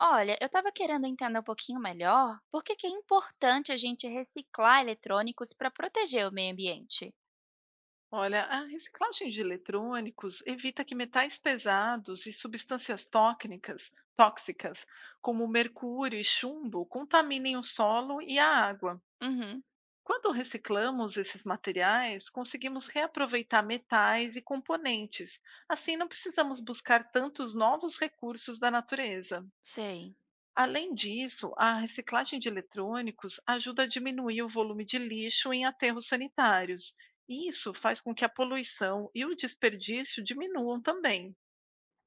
Olha, eu estava querendo entender um pouquinho melhor por que que é importante a gente reciclar eletrônicos para proteger o meio ambiente. Olha, a reciclagem de eletrônicos evita que metais pesados e substâncias tóxicas, como mercúrio e chumbo, contaminem o solo e a água. Uhum, Quando reciclamos esses materiais, conseguimos reaproveitar metais e componentes. Assim, não precisamos buscar tantos novos recursos da natureza. sei. Além disso, a reciclagem de eletrônicos ajuda a diminuir o volume de lixo em aterros sanitários. E isso faz com que a poluição e o desperdício diminuam também.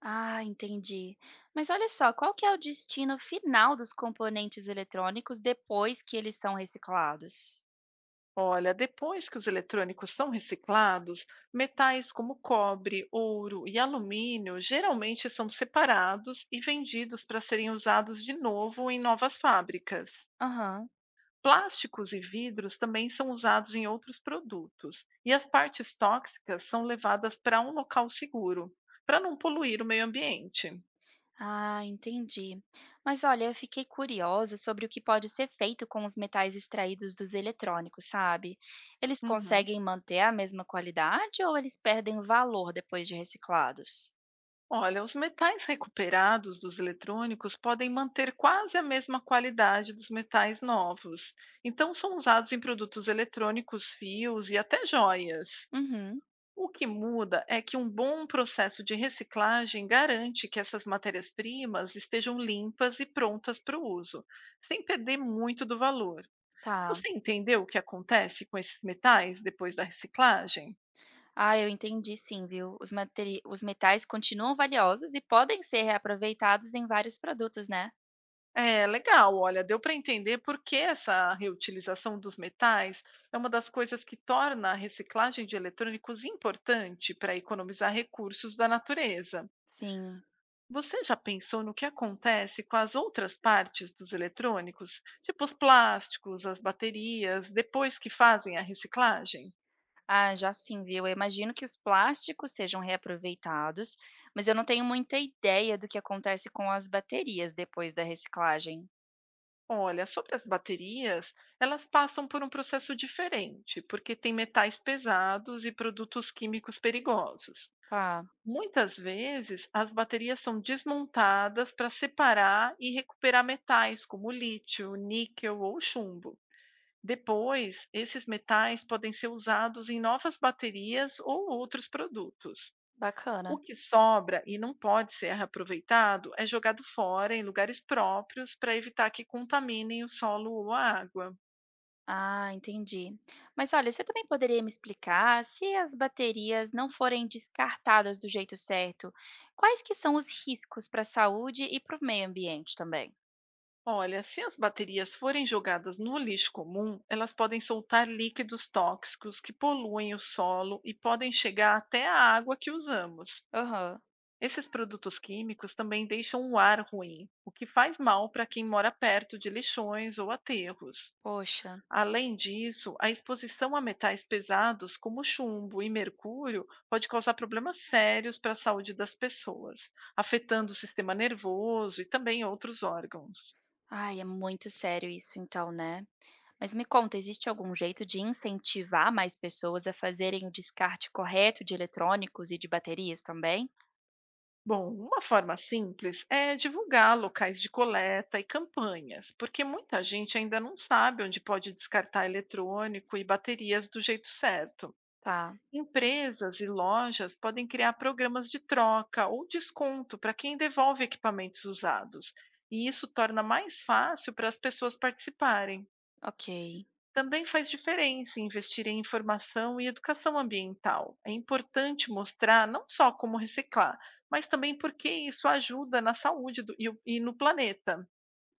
Ah, entendi. Mas olha só, qual que é o destino final dos componentes eletrônicos depois que eles são reciclados? Olha, depois que os eletrônicos são reciclados, metais como cobre, ouro e alumínio geralmente são separados e vendidos para serem usados de novo em novas fábricas. Aham. Plásticos e vidros também são usados em outros produtos, e as partes tóxicas são levadas para um local seguro, para não poluir o meio ambiente. Ah, entendi. Mas olha, eu fiquei curiosa sobre o que pode ser feito com os metais extraídos dos eletrônicos, sabe? Eles Uhum. conseguem manter a mesma qualidade ou eles perdem valor depois de reciclados? Olha, os metais recuperados dos eletrônicos podem manter quase a mesma qualidade dos metais novos, então são usados em produtos eletrônicos, fios e até joias. Uhum, O que muda é que um bom processo de reciclagem garante que essas matérias-primas estejam limpas e prontas para o uso, sem perder muito do valor. tá. Você entendeu o que acontece com esses metais depois da reciclagem? Ah, eu entendi sim, viu? Os metais continuam valiosos e podem ser reaproveitados em vários produtos, né? É legal, olha, deu para entender por que essa reutilização dos metais é uma das coisas que torna a reciclagem de eletrônicos importante para economizar recursos da natureza. Sim. Você já pensou no que acontece com as outras partes dos eletrônicos, tipo os plásticos, as baterias, depois que fazem a reciclagem? Ah, já sim, viu? Eu imagino que os plásticos sejam reaproveitados, mas eu não tenho muita ideia do que acontece com as baterias depois da reciclagem. Olha, sobre as baterias, elas passam por um processo diferente, porque tem metais pesados e produtos químicos perigosos. Tá, Muitas vezes, as baterias são desmontadas para separar e recuperar metais como lítio, níquel ou chumbo. Depois, esses metais podem ser usados em novas baterias ou outros produtos. O bacana. que sobra e não pode ser reaproveitado é jogado fora em lugares próprios para evitar que contaminem o solo ou a água. Ah, entendi. Mas olha, você também poderia me explicar se as baterias não forem descartadas do jeito certo, quais que são os riscos para a saúde e para o meio ambiente também? Olha, se as baterias forem jogadas no lixo comum, elas podem soltar líquidos tóxicos que poluem o solo e podem chegar até a água que usamos. Aham, Esses produtos químicos também deixam o ar ruim, o que faz mal para quem mora perto de lixões ou aterros. poxa. Além disso, a exposição a metais pesados como chumbo e mercúrio pode causar problemas sérios para a saúde das pessoas, afetando o sistema nervoso e também outros órgãos. Ai, é muito sério isso então, né? Mas me conta, existe algum jeito de incentivar mais pessoas a fazerem o descarte correto de eletrônicos e de baterias também? Bom, uma forma simples é divulgar locais de coleta e campanhas, porque muita gente ainda não sabe onde pode descartar eletrônico e baterias do jeito certo. Tá, Empresas e lojas podem criar programas de troca ou desconto para quem devolve equipamentos usados, e isso torna mais fácil para as pessoas participarem. ok. Também faz diferença investir em informação e educação ambiental. É importante mostrar não só como reciclar, mas também porque isso ajuda na saúde no planeta.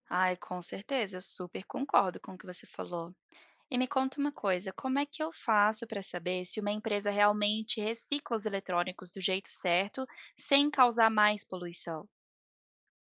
Ai, com certeza, eu super concordo com o que você falou. E me conta uma coisa, como é que eu faço para saber se uma empresa realmente recicla os eletrônicos do jeito certo, sem causar mais poluição?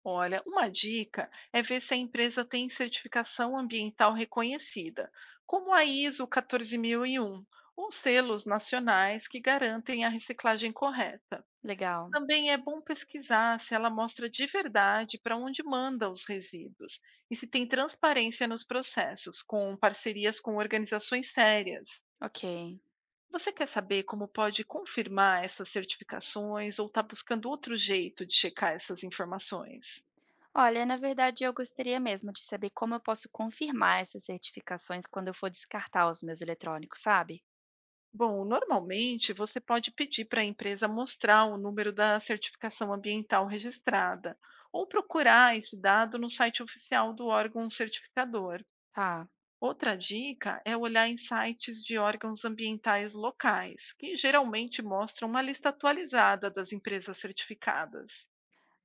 Olha, uma dica é ver se a empresa tem certificação ambiental reconhecida, como a ISO 14001, ou selos nacionais que garantem a reciclagem correta. Legal, Também é bom pesquisar se ela mostra de verdade para onde manda os resíduos e se tem transparência nos processos, com parcerias com organizações sérias. ok. Você quer saber como pode confirmar essas certificações ou está buscando outro jeito de checar essas informações? Olha, na verdade, eu gostaria mesmo de saber como eu posso confirmar essas certificações quando eu for descartar os meus eletrônicos, sabe? Bom, normalmente você pode pedir para a empresa mostrar o número da certificação ambiental registrada, ou procurar esse dado no site oficial do órgão certificador. Tá. Outra dica é olhar em sites de órgãos ambientais locais, que geralmente mostram uma lista atualizada das empresas certificadas.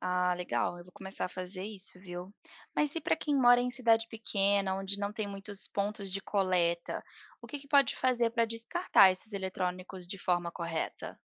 Ah, legal, eu vou começar a fazer isso, viu? Mas e para quem mora em cidade pequena, onde não tem muitos pontos de coleta, o que que pode fazer para descartar esses eletrônicos de forma correta?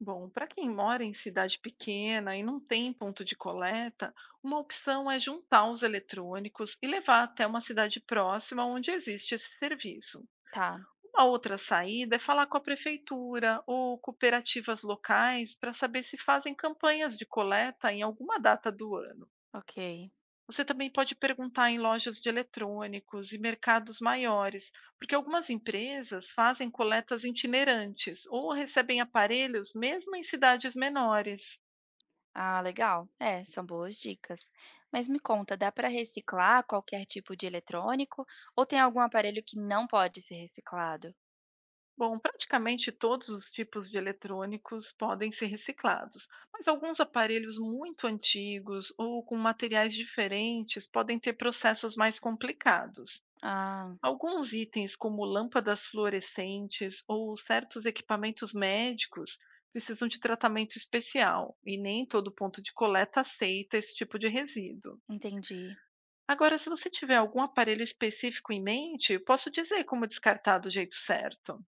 Bom, para quem mora em cidade pequena e não tem ponto de coleta, uma opção é juntar os eletrônicos e levar até uma cidade próxima onde existe esse serviço. Tá, Uma outra saída é falar com a prefeitura ou cooperativas locais para saber se fazem campanhas de coleta em alguma data do ano. ok. Você também pode perguntar em lojas de eletrônicos e mercados maiores, porque algumas empresas fazem coletas itinerantes ou recebem aparelhos mesmo em cidades menores. Ah, legal. É, são boas dicas. Mas me conta, dá para reciclar qualquer tipo de eletrônico ou tem algum aparelho que não pode ser reciclado? Bom, praticamente todos os tipos de eletrônicos podem ser reciclados, mas alguns aparelhos muito antigos ou com materiais diferentes podem ter processos mais complicados. Ah, Alguns itens, como lâmpadas fluorescentes ou certos equipamentos médicos, precisam de tratamento especial e nem todo ponto de coleta aceita esse tipo de resíduo. entendi. Agora, se você tiver algum aparelho específico em mente, eu posso dizer como descartar do jeito certo.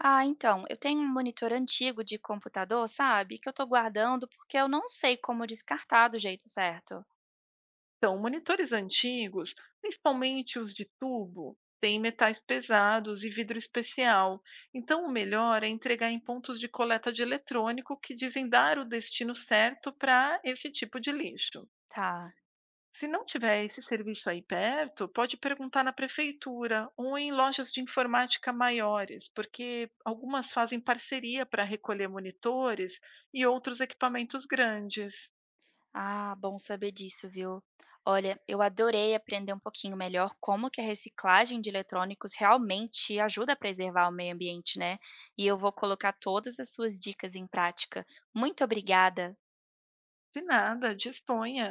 Ah, então, eu tenho um monitor antigo de computador, sabe? Que eu tô guardando porque eu não sei como descartar do jeito certo. Então, monitores antigos, principalmente os de tubo, têm metais pesados e vidro especial. Então, o melhor é entregar em pontos de coleta de eletrônico que dizem dar o destino certo para esse tipo de lixo. Tá. Se não tiver esse serviço aí perto, pode perguntar na prefeitura ou em lojas de informática maiores, porque algumas fazem parceria para recolher monitores e outros equipamentos grandes. Ah, bom saber disso, viu? Olha, eu adorei aprender um pouquinho melhor como que a reciclagem de eletrônicos realmente ajuda a preservar o meio ambiente, né? E eu vou colocar todas as suas dicas em prática. Muito obrigada. De nada, disponha.